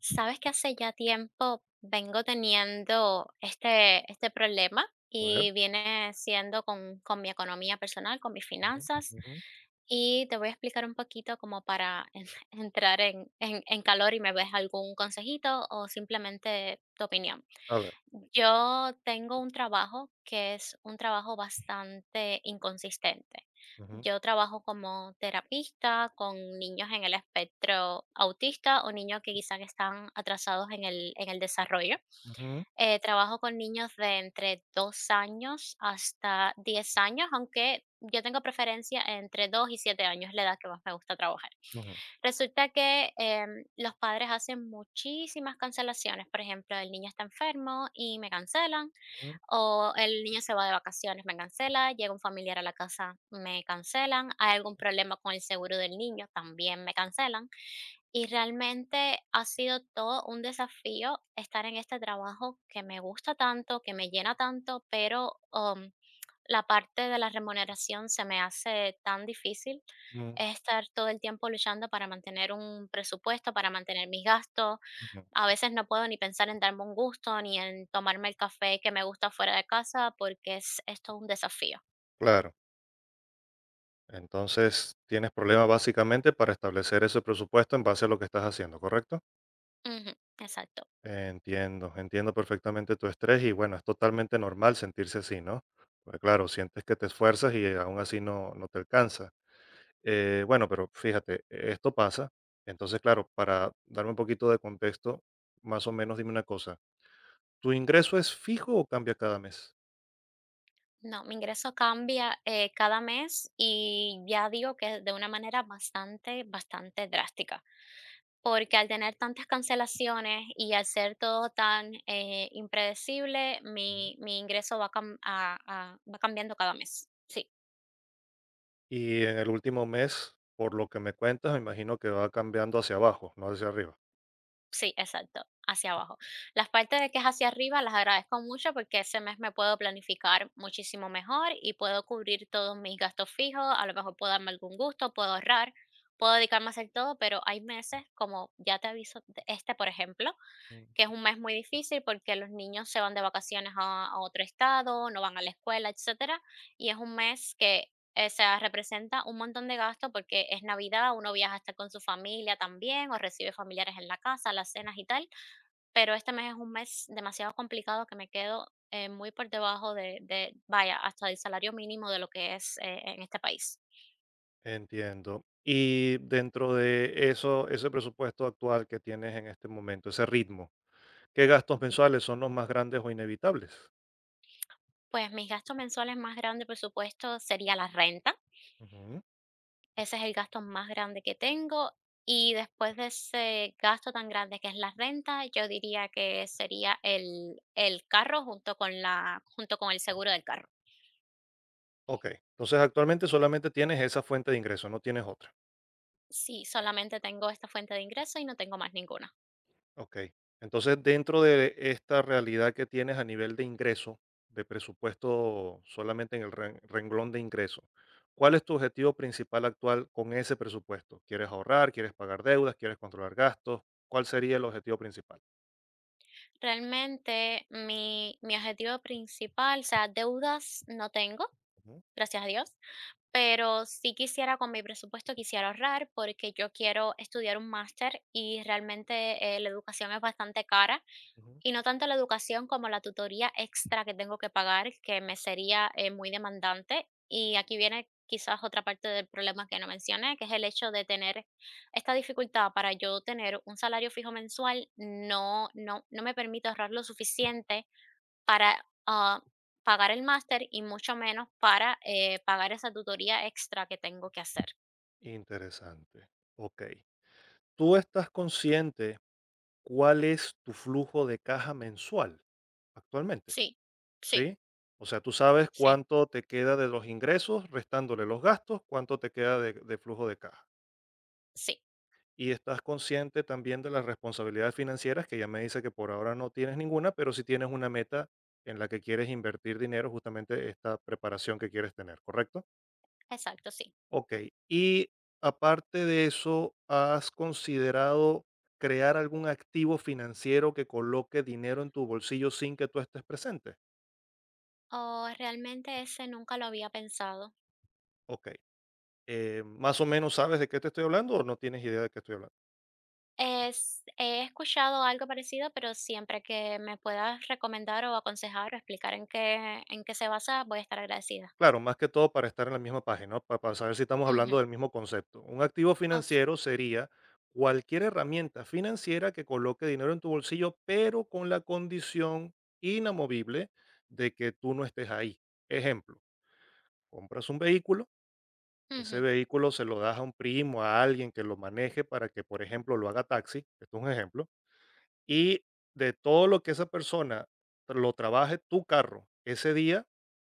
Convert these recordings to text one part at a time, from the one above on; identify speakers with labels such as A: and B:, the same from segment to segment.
A: Sabes que hace ya tiempo vengo teniendo este problema
B: A ver.
A: y viene siendo con mi economía personal, con mis
B: Ujú,
A: finanzas.
B: ujú.
A: Y te voy a explicar un poquito como para entrar en calor y me ves algún consejito o simplemente tu opinión.
B: A ver.
A: Yo tengo un trabajo que es un trabajo bastante inconsistente.
B: Ujú,
A: Yo trabajo como terapista con niños en el espectro autista o niños que quizás están atrasados en el desarrollo.
B: ujú,
A: Trabajo con niños de entre 2 años hasta 10 años, aunque yo tengo preferencia entre 2 y 7 años, la edad que más me gusta trabajar.
B: ujú,
A: Resulta que los padres hacen muchísimas cancelaciones. Por ejemplo, el niño está enfermo y me cancelan,
B: ujú,
A: o el niño se va de vacaciones, me cancela, llega un familiar a la casa, me cancelan, hay algún problema con el seguro del niño, también me cancelan. Y realmente ha sido todo un desafío estar en este trabajo que me gusta tanto, que me llena tanto, pero la parte de la remuneración se me hace tan difícil.
B: ujú,
A: Es estar todo el tiempo luchando para mantener un presupuesto, para mantener mis gastos,
B: ujú.
A: a veces no puedo ni pensar en darme un gusto, ni en tomarme el café que me gusta fuera de casa, porque es todo un desafío.
B: Claro. Entonces, tienes problemas básicamente para establecer ese presupuesto en base a lo que estás haciendo, ¿correcto?
A: Ujú, exacto.
B: Entiendo, entiendo perfectamente tu estrés y bueno, es totalmente normal sentirse así, ¿no? Porque claro, sientes que te esfuerzas y aún así no, no te alcanza. Bueno, pero fíjate, esto pasa. Entonces, claro, para darme un poquito de contexto, más o menos dime una cosa. ¿Tu ingreso es fijo o cambia cada mes?
A: No, mi ingreso cambia cada mes y ya digo que de una manera bastante, bastante drástica, porque al tener tantas cancelaciones y al ser todo tan impredecible, mi ingreso va cambiando cada mes. Sí.
B: Y en el último mes, por lo que me cuentas, me imagino que va cambiando hacia abajo, no hacia arriba.
A: Sí, exacto, hacia abajo. Las partes de que es hacia arriba las agradezco mucho porque ese mes me puedo planificar muchísimo mejor y puedo cubrir todos mis gastos fijos, a lo mejor puedo darme algún gusto, puedo ahorrar, puedo dedicarme a hacer todo, pero hay meses, como ya te aviso, de este por ejemplo,
B: Mm.
A: que es un mes muy difícil porque los niños se van de vacaciones a otro estado, no van a la escuela, etcétera, y es un mes que se representa un montón de gasto porque es Navidad, uno viaja a estar con su familia también o recibe familiares en la casa, las cenas y tal, pero este mes es un mes demasiado complicado que me quedo muy por debajo de, vaya, hasta del salario mínimo de lo que es en este país.
B: Entiendo. Y dentro de eso, ese presupuesto actual que tienes en este momento, ese ritmo, ¿qué gastos mensuales son los más grandes o inevitables?
A: Pues mis gastos mensuales más grandes, por supuesto, sería la renta.
B: Ujú.
A: Ese es el gasto más grande que tengo y después de ese gasto tan grande que es la renta, yo diría que sería el carro junto con la, junto con el seguro del carro.
B: Ok, entonces actualmente solamente tienes esa fuente de ingreso, no tienes otra.
A: Sí, solamente tengo esta fuente de ingreso y no tengo más ninguna.
B: Ok. Entonces, dentro de esta realidad que tienes a nivel de ingreso, de presupuesto solamente en el renglón de ingreso, ¿cuál es tu objetivo principal actual con ese presupuesto? ¿Quieres ahorrar? ¿Quieres pagar deudas? ¿Quieres controlar gastos? ¿Cuál sería el objetivo principal?
A: Realmente mi objetivo principal, o sea, deudas no tengo,
B: Ujú,
A: gracias a Dios, pero sí quisiera con mi presupuesto, quisiera ahorrar porque yo quiero estudiar un máster y realmente la educación es bastante cara.
B: ujú.
A: Y no tanto la educación como la tutoría extra que tengo que pagar, que me sería, muy demandante. Y aquí viene quizás otra parte del problema que no mencioné, que es el hecho de tener esta dificultad para yo tener un salario fijo mensual, no no no me permite ahorrar lo suficiente para, pagar el máster y mucho menos para, pagar esa tutoría extra que tengo que hacer.
B: Interesante. Ok. ¿Tú estás consciente cuál es tu flujo de caja mensual actualmente?
A: Sí, sí,
B: ¿Sí? O sea, tú sabes
A: sí,
B: cuánto te queda de los ingresos, restándole los gastos, cuánto te queda de flujo de caja.
A: sí,
B: Y estás consciente también de las responsabilidades financieras, que ya me dice que por ahora no tienes ninguna, pero sí tienes una meta en la que quieres invertir dinero, justamente esta preparación que quieres tener, ¿correcto?
A: exacto, sí.
B: Ok. Y aparte de eso, ¿has considerado crear algún activo financiero que coloque dinero en tu bolsillo sin que tú estés presente?
A: Oh, realmente ese nunca lo había pensado.
B: Ok. Más o menos sabes de qué te estoy hablando o no tienes idea de qué estoy hablando.
A: Es he escuchado algo parecido, pero siempre que me puedas recomendar o aconsejar o explicar en qué se basa, voy a estar agradecida.
B: Claro, más que todo para estar en la misma página, para saber si estamos
A: Ujú.
B: hablando del mismo concepto. Un activo
A: Oh, sí.
B: financiero sería cualquier herramienta financiera que coloque dinero en tu bolsillo, pero con la condición inamovible de que tú no estés ahí. Ejemplo, compras un vehículo, ese
A: Ujú,
B: vehículo se lo das a un primo, a alguien que lo maneje para que, por ejemplo, lo haga taxi, esto es un ejemplo. Y de todo lo que esa persona lo trabaje tu carro ese día,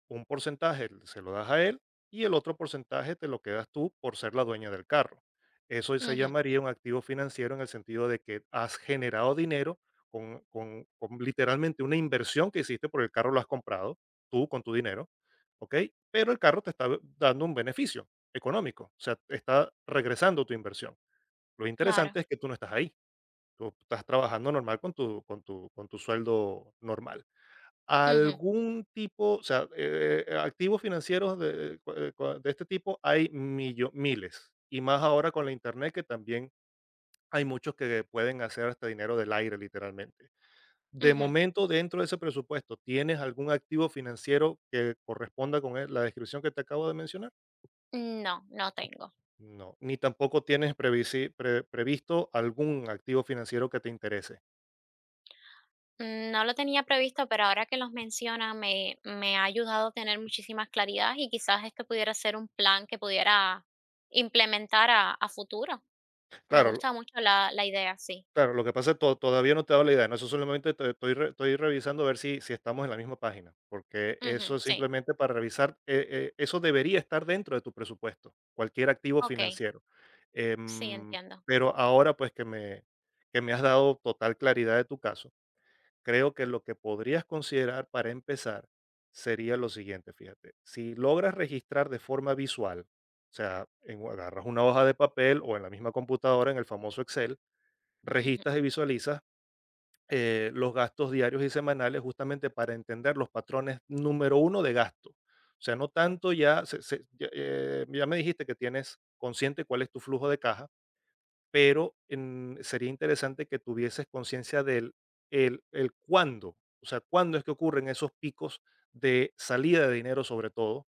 B: un porcentaje se lo das a él y el otro porcentaje te lo quedas tú por ser la dueña del carro. Eso se
A: ujú,
B: llamaría un activo financiero en el sentido de que has generado dinero con literalmente una inversión que hiciste porque el carro lo has comprado tú con tu dinero, ¿ok? Pero el carro te está dando un beneficio económico, o sea, está regresando tu inversión. Lo
A: claro.
B: interesante es que tú no estás ahí. Tú estás trabajando normal con tu sueldo normal.
A: Ujú,
B: Algún tipo, o sea, activos financieros de cu- cua de este tipo hay millo miles, y más ahora con la Internet, que también hay muchos que pueden hacer hasta dinero del aire, literalmente. De
A: ujú.
B: momento, dentro de ese presupuesto, ¿tienes algún activo financiero que corresponda con la descripción que te acabo de mencionar?
A: No, no tengo.
B: No, ni tampoco tienes previsi pre previsto algún activo financiero que te interese.
A: No lo tenía previsto, pero ahora que los menciona me ha ayudado a tener muchísimas claridad y quizás esto pudiera ser un plan que pudiera implementar a futuro. Me
B: Claro.
A: gusta mucho la idea, sí.
B: Claro, lo que pasa es que todavía no te he dado la idea, ¿no? Eso solamente te estoy re estoy revisando a ver si estamos en la misma página, porque eso
A: Ujú,
B: es
A: sí.
B: simplemente para revisar, eso debería estar dentro de tu presupuesto, cualquier activo
A: Okey,
B: financiero.
A: sí,
B: Em,
A: entiendo.
B: pero ahora, pues, que me has dado total claridad de tu caso, creo que lo que podrías considerar para empezar sería lo siguiente, fíjate, si logras registrar de forma visual, o sea, en agarras una hoja de papel o en la misma computadora, en el famoso Excel,
A: Ujú,
B: registras y visualizas los gastos diarios y semanales justamente para entender los patrones número uno de gasto. O sea, no tanto ya me dijiste que tienes consciente cuál es tu flujo de caja, pero sería interesante que tuvieses conciencia del el cuándo, o sea, cuándo es que ocurren esos picos de salida de dinero sobre todo,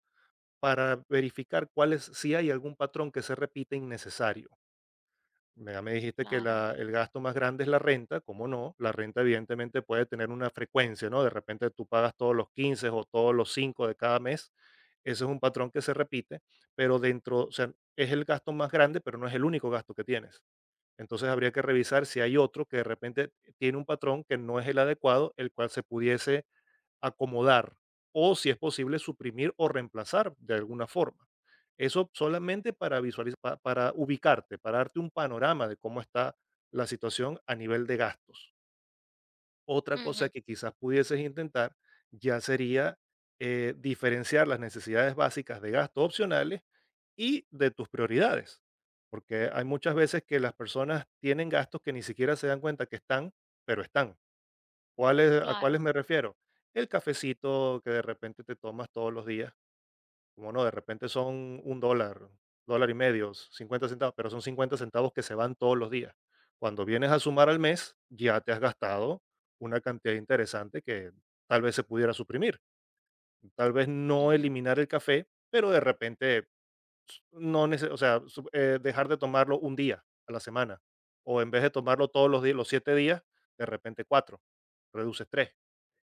B: para verificar cuáles, si hay algún patrón que se repite innecesario. Ya me dijiste que
A: claro.
B: el gasto más grande es la renta, ¿cómo no? La renta evidentemente puede tener una frecuencia, ¿no? De repente tú pagas todos los 15 o todos los 5 de cada mes. Ese es un patrón que se repite, pero dentro, o sea, es el gasto más grande, pero no es el único gasto que tienes. Entonces habría que revisar si hay otro que de repente tiene un patrón que no es el adecuado, el cual se pudiese acomodar o, si es posible, suprimir o reemplazar de alguna forma. Eso solamente para visualizar, para ubicarte, para darte un panorama de cómo está la situación a nivel de gastos. Otra cosa
A: Ujú,
B: que quizás pudieses intentar ya sería diferenciar las necesidades básicas de gastos opcionales y de tus prioridades, porque hay muchas veces que las personas tienen gastos que ni siquiera se dan cuenta que están, pero están. ¿Cuáles a
A: claro,
B: cuáles me refiero? El cafecito que de repente te tomas todos los días, como no, de repente son un dólar, dólar y medio, 50 centavos, pero son 50 centavos que se van todos los días. Cuando vienes a sumar al mes, ya te has gastado una cantidad interesante que tal vez se pudiera suprimir. Tal vez no
A: ujú,
B: eliminar el café, pero de repente s- no nece- o sea, su- dejar de tomarlo un día a la semana. O en vez de tomarlo todos los días, los 7 días, de repente cuatro, reduces tres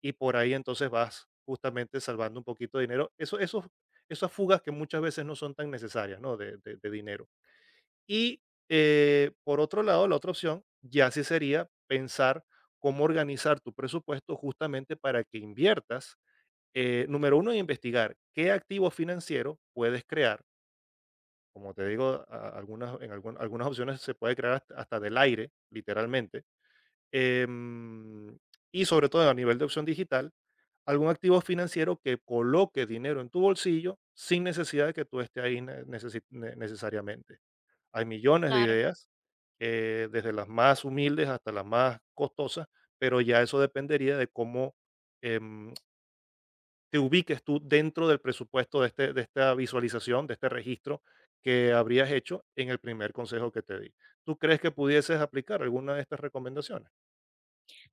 B: y por ahí entonces vas justamente salvando un poquito de dinero. Eso, esas fugas que muchas veces no son tan necesarias, ¿no? De dinero. Y por otro lado, la otra opción ya sí sería pensar cómo organizar tu presupuesto justamente para que inviertas, número uno, investigar qué activo financiero puedes crear. Como te digo, algunas opciones se puede crear hasta del aire, literalmente. Em, y sobre todo a nivel de opción digital, algún activo financiero que coloque dinero en tu bolsillo sin necesidad de que tú estés ahí necesariamente. Hay millones de
A: claro.
B: ideas, desde las más humildes hasta las más costosas, pero ya eso dependería de cómo em, te ubiques tú dentro del presupuesto de esta visualización, de este registro que habrías hecho en el primer consejo que te di. ¿Tú crees que pudieses aplicar alguna de estas recomendaciones?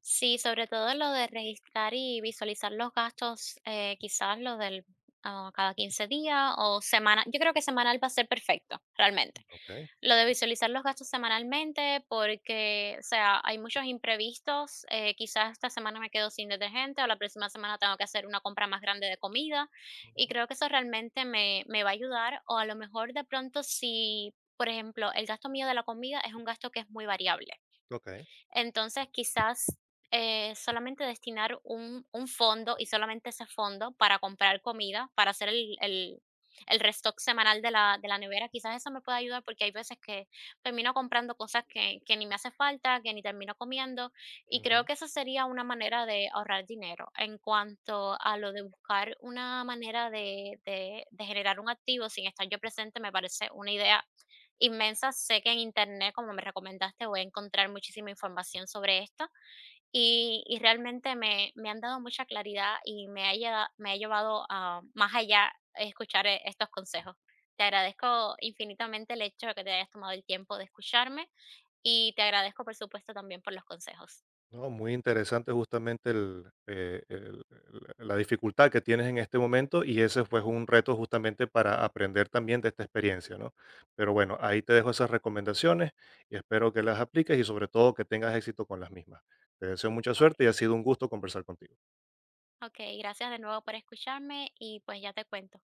A: Sí, sobre todo lo de registrar y visualizar los gastos, quizás lo del cada 15 días o semana. Yo creo que semanal va a ser perfecto, realmente.
B: Ok,
A: Lo de visualizar los gastos semanalmente, porque, o sea, hay muchos imprevistos. Quizás esta semana me quedo sin detergente o la próxima semana tengo que hacer una compra más grande de comida. Y
B: ujú,
A: creo que eso realmente me va a ayudar. O a lo mejor de pronto si... Por ejemplo, el gasto mío de la comida es un gasto que es muy variable.
B: ok.
A: Entonces, quizás, solamente destinar un fondo, y solamente ese fondo, para comprar comida, para hacer el restock semanal de la nevera, quizás eso me pueda ayudar, porque hay veces que termino comprando cosas que ni me hace falta, que ni termino comiendo, y creo
B: Ujú.
A: que eso sería una manera de ahorrar dinero. En cuanto a lo de buscar una manera de generar un activo sin estar yo presente, me parece una idea inmensa. Sé que en internet, como me recomendaste, voy a encontrar muchísima información sobre esto y realmente me han dado mucha claridad y me ha llevado a más allá escuchar estos consejos. Te agradezco infinitamente el hecho de que te hayas tomado el tiempo de escucharme y te agradezco, por supuesto, también por los consejos.
B: No, muy interesante justamente la dificultad que tienes en este momento y ese fue un reto justamente para aprender también de esta experiencia, ¿no? Pero bueno, ahí te dejo esas recomendaciones y espero que las apliques y sobre todo que tengas éxito con las mismas. Te deseo mucha suerte y
A: Ok,
B: ha sido un gusto conversar contigo.
A: ok, gracias de nuevo por escucharme y pues ya te cuento.